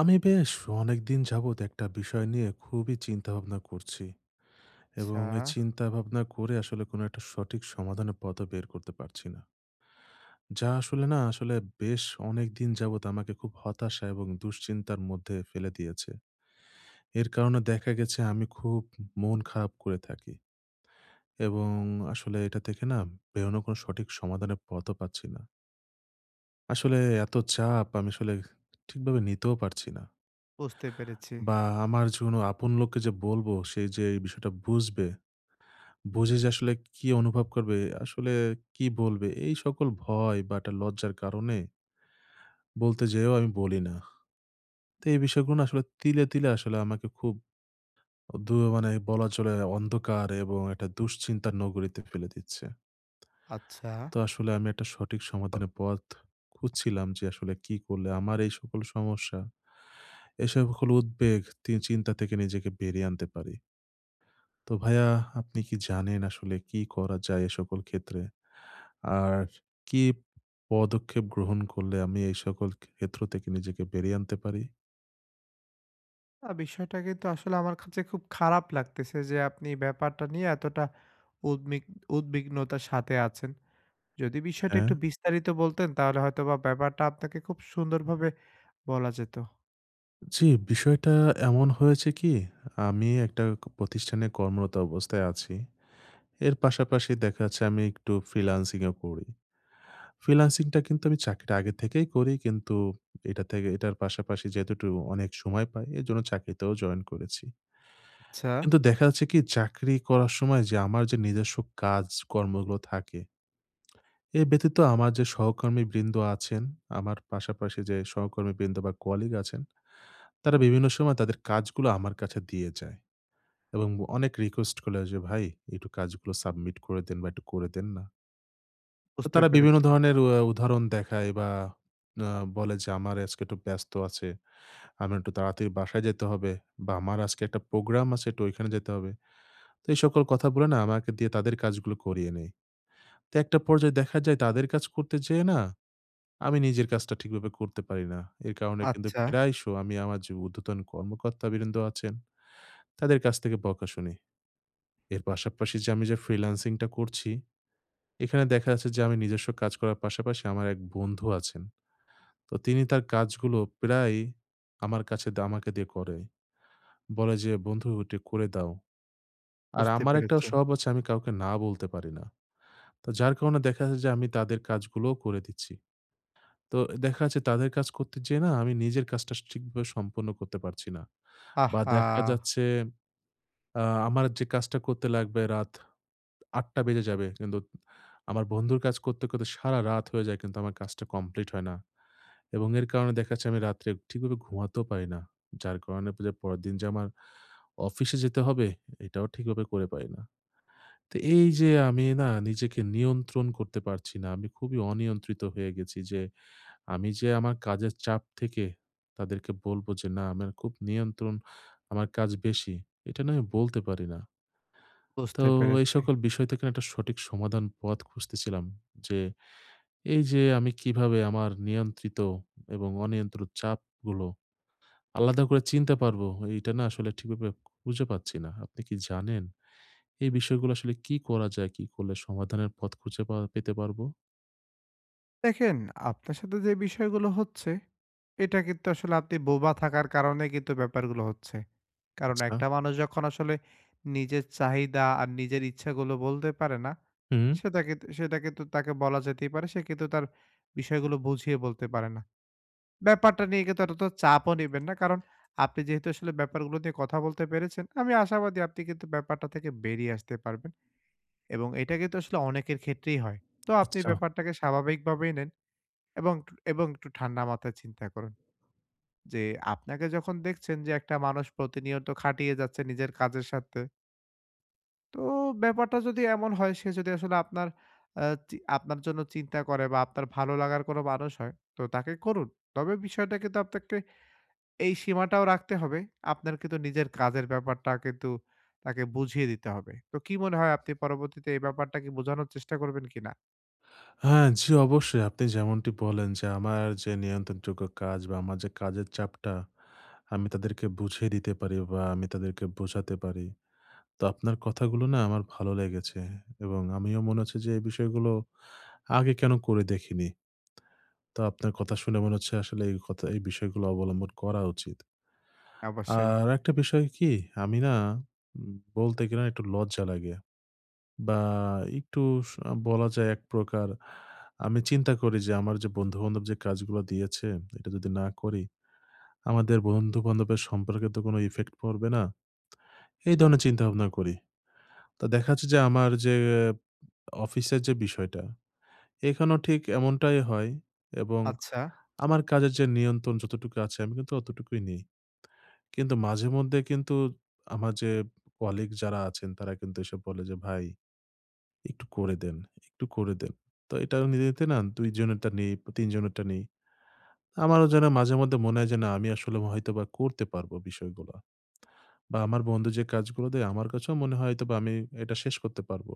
আমি বেশ অনেকদিন যাবৎ একটা বিষয় নিয়ে খুবই চিন্তাভাবনা করছি এবং আচ্ছা, এই চিন্তাভাবনা করে আসলে কোনো একটা সঠিক সমাধানের পথও বের করতে পারছি না। যা আসলে বেশ অনেকদিন যাবৎ আমাকে খুব হতাশা এবং দুশ্চিন্তার মধ্যে ফেলে দিয়েছে। এর কারণে দেখা গেছে আমি খুব মন খারাপ করে থাকি এবং আসলে এটা থেকে না বেরোনোর কোনো সঠিক সমাধানের পথও পাচ্ছি না। আসলে এত চাপ আমি আসলে ঠিকভাবে নিতেও পারছি না। বুঝতে পেরেছি। বা আমার যে কোনো আপন লোককে যে বলবো, সে যে এই বিষয়টা বুঝবে, বুঝে যে আসলে কি অনুভব করবে, আসলে কি বলবে? এই সকল ভয় বা একটা লজ্জার কারণে বলতে যেয়েও আমি বলি না। তো এই বিষয়গুলো না আসলে তিলে, তিলে আসলে আমাকে খুব মানে বলা চলে অন্ধকার এবং একটা দুশ্চিন্তার নগরীতে ফেলে দিচ্ছে। আচ্ছা। তো আসলে আমি একটা সঠিক সমাধানের পথ খুঁজছিলাম যে আসলে কি করলে আমার এই সকল সমস্যা, এই সকল উদ্বেগ, চিন্তা থেকে নিজেকে বেরিয়ে আনতে পারি? তো ভাইয়া, আপনি কি জানেন আসলে কি করা যায় এ সকল ক্ষেত্রে? আর কি পদক্ষেপ গ্রহণ করলে আমি এই সকল ক্ষেত্র থেকে নিজেকে বেরিয়ে আনতে পারি? বিষয়টা কিন্তু আসলে আমার কাছে খুব খারাপ লাগতেছে যে আপনি এই ব্যাপারটা নিয়ে এতটা উদ্বিগ উদ্বিগ্নতার সাথে আছেন। যদি বিষয়টা হ্যাঁ, একটু বিস্তারিত বলতেন তাহলে হয়তোবা ব্যাপারটা আপনাকে খুব সুন্দরভাবে বলা যেত। জি, বিষয়টা এমন হয়েছে কি আমি একটা প্রতিষ্ঠানে কর্মরত অবস্থায় আছি। এর পাশাপাশি দেখা যাচ্ছে আমি একটু ফ্রিল্যান্সিং ও করি। ফ্রিল্যান্সিং টা কিন্তু আমি চাকরিটা আগে থেকেই করি, কিন্তু এটা থেকে এটার পাশাপাশি যেহেতু একটু অনেক সময় পাই এজন্য চাকরিতেও জয়েন করেছি। আচ্ছা, কিন্তু দেখা যাচ্ছে কি চাকরি করার সময় যে আমার যে নিজস্ব কাজকর্মগুলো থাকে, এ ব্যতীত আমার যে সহকর্মীবৃন্দ আছেন, আমার পাশাপাশি যে সহকর্মীবৃন্দ বা কলিগ আছেন, তারা বিভিন্ন সময় তাদের কাজগুলো আমার কাছে দিয়ে যায়। এবং অনেক রিকোয়েস্ট করলে যে, "ভাই, একটু কাজগুলো সাবমিট করে দেন বা একটু করে দেন না?" তো বুঝতে তারা বিভিন্ন পেরেছি। ধরনের উদাহরণ দেখায় বা আ বলে যে, "আমার আজকে একটু ব্যস্ত আছে। আমার একটু তাড়াতাড়ি বাসায় যেতে হবে বা আমার আজকে একটা প্রোগ্রাম আছে, একটু ওইখানে যেতে হবে।" তো এই সকল কথা বলে না আমাকে দিয়ে তাদের কাজগুলো করিয়ে নেয়। তো একটা পর্যায়ে দেখা যায় তাদের কাজ করতে যেয়ে না আমি নিজের কাজটা ঠিকভাবে করতে পারি না। এর কারণে কিন্তু আচ্ছা, প্রায়শ আমি আমার যে ঊর্ধ্বতন কর্মকর্তাবৃন্দ আছেন তাদের কাছ থেকে বকা শুনি। এর পাশাপাশি যে আমি যে ফ্রিল্যান্সিং টা করছি, এখানে দেখা যাচ্ছে যে আমি নিজস্ব কাজ করার পাশাপাশি আমার এক বন্ধু আছেন। তো তিনি তার কাজগুলো প্রায়ই আমার কাছে আমাকে দিয়ে করায়। বলে যে, "বন্ধু, এটা করে দাও।" আর বুঝতে আমার একটা পেরেছি। স্বভাব আছে, আমি কাউকে না বলতে পারি না। তো যার কারণে দেখা যাচ্ছে যে আমি তাদের কাজগুলোও করে দিচ্ছি। তো দেখা যাচ্ছে তাদের কাজ করতে যেয়ে না আমি নিজের কাজটা ঠিকভাবে সম্পন্ন করতে পারছি না। বা আহা! দেখা যাচ্ছে আ আমার যে কাজটা করতে লাগবে রাত ৮:০০ বেজে যাবে। কিন্তু আমার বন্ধুর কাজ করতে, করতে সারা রাত হয়ে যায় কিন্তু আমার কাজটা কমপ্লিট হয় না। এবং এর কারণে দেখা যাচ্ছে আমি রাত্রে ঠিকভাবে ঘুমাতেও পারি না। যার কারণে যে পরের দিন যে আমার অফিসে যেতে হবে, এটাও ঠিকভাবে করে পারি না। তো এই যে আমি না নিজেকে নিয়ন্ত্রণ করতে পারছি না। আমি খুবই অনিয়ন্ত্রিত হয়ে গেছি যে, আমি যে আমার কাজের চাপ থেকে তাদেরকে বলব যে, না, আমার খুব নিয়ন্ত্রণ, আমার কাজ বেশি। এটা না আমি বলতে পারি না। তো বুঝতে এই পেরেছি। সকল বিষয় থেকে না একটা সঠিক সমাধান পথ খুঁজতেছিলাম যে, এই যে আমি কিভাবে আমার নিয়ন্ত্রিত এবং অনিয়ন্ত্রিত চাপগুলো আলাদা করে চিনতে পারবো, এইটা না আসলে ঠিকভাবে খুঁজে পাচ্ছি না। আপনি কি জানেন? এই বিষয়গুলো আসলে কি করা যায়? কি করলে সমাধানের পথ খুঁজে পেতে পারবো? দেখেন, আপনার সাথে যে বিষয়গুলো হচ্ছে, এটা কিন্তু আসলে আপনি বোবা থাকার কারণে কিন্তু ব্যাপারগুলো হচ্ছে। কারণ আচ্ছা। একটা মানুষ যখন আসলে নিজের চাহিদা আর নিজের ইচ্ছাগুলো বলতে পারে না, হুম। সেটা কিন্তু তাকে বলা যেতেই পারে। সে কিন্তু তার বিষয়গুলো বুঝিয়ে বলতে পারে না। ব্যাপারটা নিয়ে কিন্তু এতটা চাপও নিবেন না। কারণ আপনি যেহেতু আসলে ব্যাপারগুলো নিয়ে কথা বলতে পেরেছেন, আমি আশাবাদী আপনি কিন্তু ব্যাপারটা থেকে বেরিয়ে আসতে পারবেন এবং এটা কিন্তু আসলে অনেকের ক্ষেত্রেই হয়। তো আপনি আচ্ছা। ব্যাপারটাকে স্বাভাবিকভাবেই নেন। এবং একটু ঠান্ডা মাথায় চিন্তা করুন। যে আপনাকে যখন দেখছেন যে একটা মানুষ প্রতিনিয়ত খাটিয়ে যাচ্ছে নিজের কাজের স্বার্থে, তো ব্যাপারটা যদি এমন হয় সে যদি আসলে আপনার আ চি আপনার জন্য চিন্তা করে বা আপনার ভালো লাগার কোনো মানুষ হয়, তো তাকে করুন। তবে বিষয়টা কিন্তু আপনাকে এই সীমাটাও রাখতে হবে। আপনার কিন্তু নিজের কাজের ব্যাপারটা কিন্তু তাকে বুঝিয়ে দিতে হবে। তো কি মনে হয় আপনি পরবর্তীতে এই ব্যাপারটা কি বোঝানোর চেষ্টা করবেন কিনা? হ্যাঁ, জি, অবশ্যই। আপনি যেমনটি বললেন যে আমার যে নিয়ন্ত্রণযোগ্য কাজ বা আমার যে কাজের চাপটা, আমি তাদেরকে বুঝিয়ে দিতে পারি বা আমি তাদেরকে বোঝাতে পারি। তো আপনার কথাগুলো না আমার ভালো লেগেছে এবং আমিও মনে হচ্ছে যে এই বিষয়গুলো আগে কেন করে দেখিনি। তো আপনার কথা শুনে মনে হচ্ছে আসলে এই বিষয়গুলো অবলম্বন করা উচিত। অবশ্যই। আর একটা বিষয় কি, আমি না বলতে গেলে একটু লজ্জা লাগে বা একটু স- বলা যায় এক প্রকার আমি চিন্তা করি যে আমার যে বন্ধু বান্ধব যে কাজগুলো দিয়েছে এটা যদি না করি আমাদের বন্ধু বান্ধবের সম্পর্কে তো কোনো ইফেক্ট পড়বে না, এই ধরনের চিন্তা ভাবনা করি। তা দেখা যাচ্ছে যে আমার যে অফিসের যে বিষয়টা, এখানেও ঠিক এমনটাই হয় এবং আচ্ছা, আমার কাজের যে নিয়ন্ত্রণ যতটুকু আছে আমি কিন্তু অতটুকুই নিই, কিন্তু মাঝে মধ্যে কিন্তু আমার যে কলিগ যারা আছেন তারা কিন্তু এসে বলে যে, "ভাই, একটু করে দেন, একটু করে দেন।" তো এটা নিতে, নিতে না ২ জনেরটা নেই, ৩ জনেরটা নেই। আমারও যেন মাঝে মধ্যে মনে হয় যে, না, আমি আসলে হয়তোবা করতে পারবো বিষয়গুলা। বা আমার বন্ধু যে কাজগুলো দেয় আমার কাছেও মনে হয় হয়তোবা আমি এটা শেষ করতে পারবো।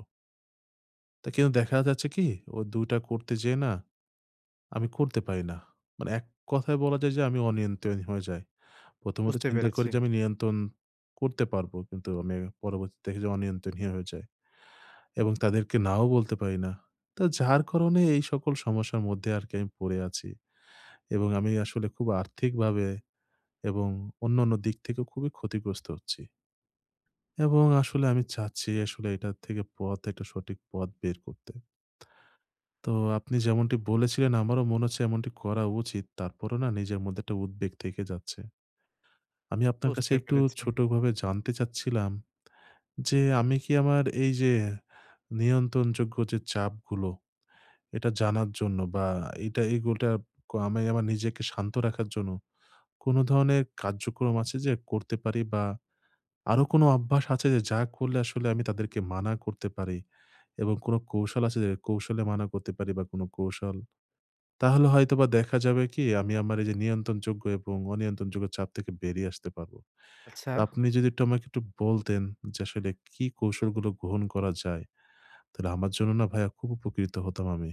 তা কিন্তু দেখা যাচ্ছে কি ওই ২ টা করতে যেয়ে না আমি করতে পারি না। মানে এক কথায় বলা যায় যে আমি অনিয়ন্ত্রণ হয়ে যাই। প্রথমত বুঝতে চিন্তা করি পেরেছি, যে আমি নিয়ন্ত্রণ করতে পারবো, কিন্তু আমি পরবর্তীতে দেখি যে অনিয়ন্ত্রণীয় হয়ে যায় এবং তাদেরকে নাও বলতে পারি না। তো যার কারণে এই সকল সমস্যার মধ্যে আরকি আমি পড়ে আছি এবং আমি আসলে খুব আর্থিকভাবে এবং অন্যান্য দিক থেকেও খুবই ক্ষতিগ্রস্ত হচ্ছি। এবং আসলে আমি চাচ্ছি আসলে এটার থেকে একটা সঠিক পথ বের করতে। তো আপনি যেমনটি বলেছিলেন আমারও মনে হচ্ছে এমনটি করা উচিত। তারপরও না নিজের মধ্যে একটা উদ্বেগ থেকে যাচ্ছে। আমি আপনার কাছে বুঝতে একটু পেরেছি। ছোটভাবে জানতে চাচ্ছিলাম যে আমি কি আমার এই যে নিয়ন্ত্রণযোগ্য যে চাপগুলো, এটা জানার জন্য বা এগুলোটা, আমি আমার নিজেকে শান্ত রাখার জন্য কোন ধরনের কার্যক্রম আছে যে করতে পারি বা আরো কোন অভ্যাস আছে যে যা করলে আসলে আমি তাদেরকে মানা করতে পারি এবং কোন কৌশল আছে যে কৌশলে মানা করতে পারি বা কোন কৌশল? তাহলে হয়তোবা দেখা যাবে কি আমি আমার এই যে নিয়ন্ত্রণযোগ্য এবং অনিয়ন্ত্রণযোগ্য চাপ থেকে বেরিয়ে আসতে পারবো। আচ্ছা। আপনি যদি একটু আমাকে একটু বলতেন যে আসলে কি কৌশলগুলো গ্রহণ করা যায়? তাহলে আমার জন্য না, ভাইয়া, খুব উপকৃত হতাম আমি।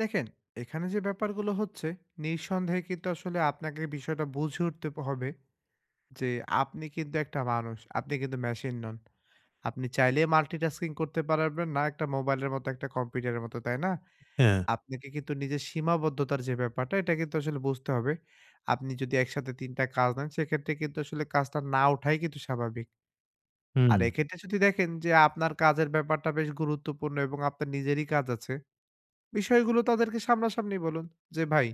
দেখেন, এখানে যে ব্যাপারগুলো হচ্ছে, নিঃসন্দেহে কিন্তু আসলে আপনাকে বিষয়টা বুঝে উঠতে হবে যে আপনি কিন্তু একটা মানুষ, আপনি কিন্তু মেশিন নন। আপনি চাইলে মাল্টিটাস্কিং করতে পারবেন না একটা মোবাইলের মতো, একটা কম্পিউটারের মতো, তাই না? হ্যাঁ। আপনাকে কিন্তু নিজের সীমাবদ্ধতার যে ব্যাপারটা, এটা কিন্তু আসলে বুঝতে হবে। আপনি যদি একসাথে ৩ টা কাজ নেন, সেক্ষেত্রে কিন্তু আসলে কাজটা না ওঠাই কিন্তু স্বাভাবিক। হুম। আর এক্ষেত্রে যদি দেখেন যে আপনার কাজের ব্যাপারটা বেশ গুরুত্বপূর্ণ এবং আপনার নিজেরই কাজ আছে, বিষয়গুলো তাদেরকে সামনাসামনি বলুন যে, "ভাই,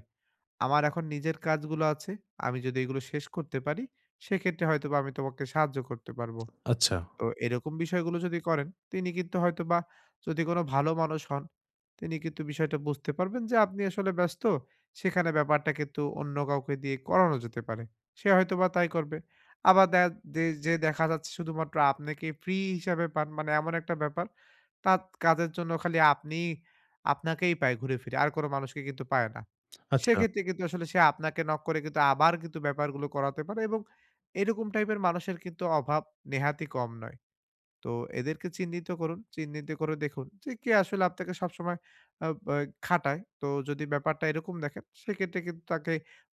আমার এখন নিজের কাজগুলো আছে। আমি যদি এগুলো শেষ করতে পারি, সেক্ষেত্রে হয়তোবা আমি তোমাকে সাহায্য করতে পারব। আচ্ছা। তো এরকম বিষয়গুলো যদি করেন, তিনি কিন্তু হয়তোবা যদি কোনো ভালো মানুষ হন, তিনি কিন্তু বিষয়টা বুঝতে পারবেন যে আপনি আসলে ব্যস্ত। সেখানে ব্যাপারটা কিন্তু অন্য কাউকে দিয়ে করানো যেতে পারে। সে হয়তোবা তাই করবে। আবার দে যে যে দেখা যাচ্ছে শুধুমাত্র আপনাকে ফ্রি হিসাবে পান, মানে এমন একটা ব্যাপার, তার কাজের জন্য খালি আপনাকেই পায় ঘুরে ফিরে। আর কোনো মানুষকে কিন্তু পায় না। আচ্ছা। সেক্ষেত্রে কিন্তু আসলে সে আপনাকে নক করে কিন্তু আবার কিন্তু ব্যাপারগুলো করাতে পারে এবং এরকম টাইপের মানুষের কিন্তু অভাব নেহাতই কম নয়। তো এদেরকে চিহ্নিত করুন। চিহ্নিত করে দেখুন যে কে আসলে আপনাকে সবসময় আ বা খাটায়। তো যদি ব্যাপারটা এরকম দেখেন সেক্ষেত্রে কিন্তু তাকে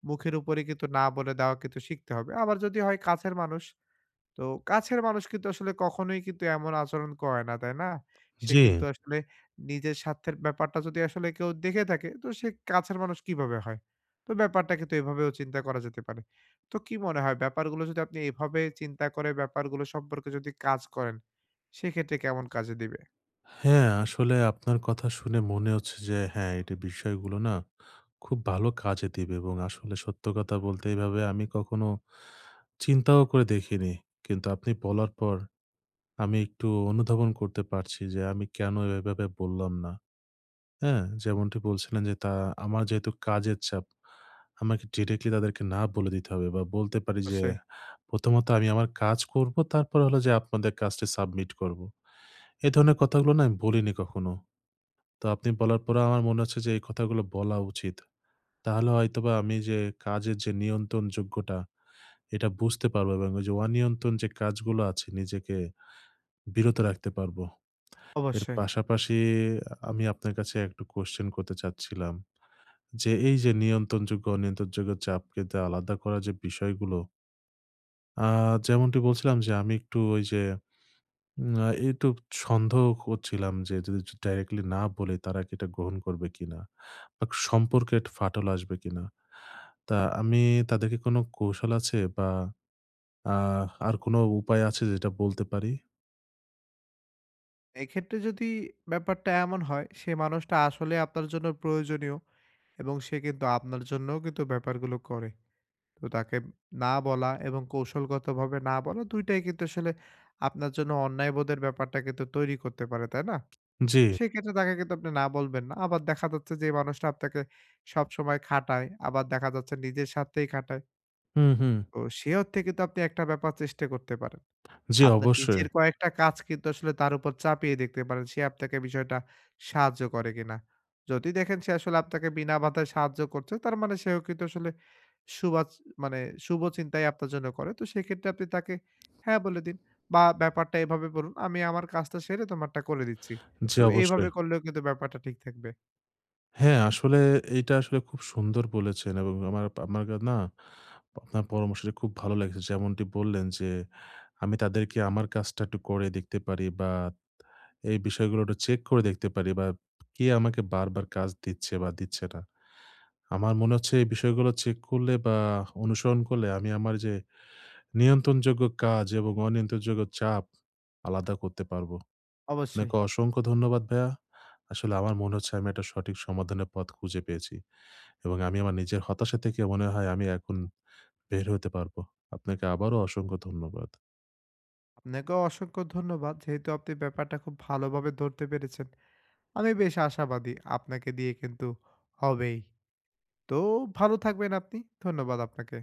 মুখের উপরে কিন্তু না বলে দেওয়া কিন্তু শিখতে হবে। আবার যদি হয় কাছের মানুষ তো কাছের মানুষ কিন্তু আসলে কখনোই কিন্তু এমন আচরণ করে না, তাই না? সে জি। কিন্তু আসলে নিজের স্বার্থের ব্যাপারটা যদি আসলে কেউ দেখে থাকে, তো সে কাছের মানুষ কিভাবে হয়? তো ব্যাপারটা কিন্তু এভাবেও চিন্তা করা যেতে পারে। তো কি মনে হয় ব্যাপারগুলো যদি আপনি এভাবে চিন্তা করে ব্যাপারগুলো সম্পর্কে যদি কাজ করেন, সেক্ষেত্রে কেমন কাজে দিবে? হ্যাঁ, আসলে আপনার কথা শুনে মনে হচ্ছে যে, হ্যাঁ, এটা বিষয়গুলো না খুব ভালো কাজে দিবে এবং আসলে সত্য কথা বলতে এভাবে আমি কখনো চিন্তাও করে দেখিনি। কিন্তু আপনি বলার পর আমি একটু অনুধাবন করতে পারছি যে আমি কেন এভাবে বললাম না। হ্যাঁ, যেমনটি বলছিলেন যে, তা আমার যেহেতু কাজের চাপ, আমাকে ডিরেক্টলি তাদেরকে না বলে দিতে হবে বা বলতে পারি যে অবশ্যই, প্রথমত আমি আমার কাজ করব, তারপরে হলো যে আপনাদের কাজটি সাবমিট করব। এ ধরনের কথাগুলো না আমি বলিনি কখনো। তো আপনি বলার পরে আমার মনে হচ্ছে যে এই কথাগুলো বলা উচিত। তাহলে হয়তোবা আমি যে কাজের যে নিয়ন্ত্রণ যোগ্যটা, এটা বুঝতে পারবো এবং ওই যে অনিয়ন্ত্রণ যে কাজগুলো আছে নিজেকে বিরত রাখতে পারবো। এর অবশ্যই। পাশাপাশি আমি আপনার কাছে একটু কোয়েশ্চেন করতে চাচ্ছিলাম। যে এই যে নিয়ন্ত্রণযোগ্য, অনিয়ন্ত্রণযোগ্য চাপকে তে আলাদা করার যে বিষয়গুলো, আ যেমনটি বলছিলাম যে আমি একটু ওই যে উম আ একটু সন্দেহ করছিলাম যে যদি ডাইরেক্টলি না বলি তারা কি এটা গ্রহণ করবে কিনা? বা সম্পর্কে একটা ফাটল আসবে কিনা? তা আমি তাদেরকে কোনো কৌশল আছে বা আ আর কোনো উপায় আছে যেটা বলতে পারি? এক্ষেত্রে যদি ব্যাপারটা এমন হয়, সে মানুষটা আসলে আপনার জন্য প্রয়োজনীয় এবং সে কিন্তু আপনার জন্যও কিন্তু ব্যাপারগুলো করে। তো তাকে না বলা এবং কৌশলগতভাবে না বলা ২ টাই কিন্তু আসলে আপনার জন্য অন্যায়বোধের ব্যাপারটা কিন্তু তৈরি করতে পারে, তাই না? জি। সেক্ষেত্রে তাকে কিন্তু আপনি না বলবেন না। আবার দেখা যাচ্ছে যে এই মানুষটা আপনাকে সবসময় খাটায়, আবার দেখা যাচ্ছে নিজের স্বার্থেই খাটায়। হুম, হুম। তো সে অর্থে কিন্তু আপনি একটা ব্যাপার চেষ্টা করতে পারেন। জি, আপনার অবশ্যই। নিজের কয়েকটা কাজ কিন্তু আসলে তার উপর চাপিয়ে দেখতে পারেন, সে আপনাকে বিষয়টা সাহায্য করে কিনা। যদি দেখেন সে আসলে আপনাকে বিনা বাধায় সাহায্য করছে, তার মানে সেও কিন্তু আসলে সুবাচ মানে শুভ চিন্তাই আপনার জন্য করে। তো সেক্ষেত্রে আপনি তাকে হ্যাঁ বলে দিন বা ব্যাপারটা এভাবে বলুন, "আমি আমার কাজটা সেরে তোমারটা করে দিচ্ছি।" জি, তো এইভাবে অবশ্যই। করলেও কিন্তু ব্যাপারটা ঠিক থাকবে। হ্যাঁ, আসলে এইটা আসলে খুব সুন্দর বলেছেন এবং আমার আমার কা- না, আপনার পরামর্শটা খুব ভালো লেগেছে। যেমনটি বললেন যে, আমি তাদেরকে আমার কাজটা একটু করে দেখতে পারি বা এই বিষয়গুলো একটু চেক করে দেখতে পারি বা কে আমাকে বারবার কাজ দিচ্ছে বা দিচ্ছে না। আমার মনে হচ্ছে এই বিষয়গুলো চেক করলে বা অনুসরণ করলে আমি আমার যে নিয়ন্ত্রণযোগ্য কাজ এবং অনিয়ন্ত্রণযোগ্য চাপ আলাদা করতে পারবো। অবশ্যই। আপনাকে অসংখ্য ধন্যবাদ, ভাইয়া। আসলে আমার মনে হচ্ছে আমি একটা সঠিক সমাধানের পথ খুঁজে পেয়েছি। এবং আমি আমার নিজের হতাশা থেকে মনে হয় আমি এখন বের হতে পারবো। আপনাকে আবারও অসংখ্য ধন্যবাদ। আপনাকেও অসংখ্য ধন্যবাদ। যেহেতু আপনি ব্যাপারটা খুব ভালোভাবে ধরতে পেরেছেন, আমি বেশ আশাবাদী আপনাকে দিয়ে কিন্তু হবেই। তো ভালো থাকবেন আপনি। ধন্যবাদ আপনাকে।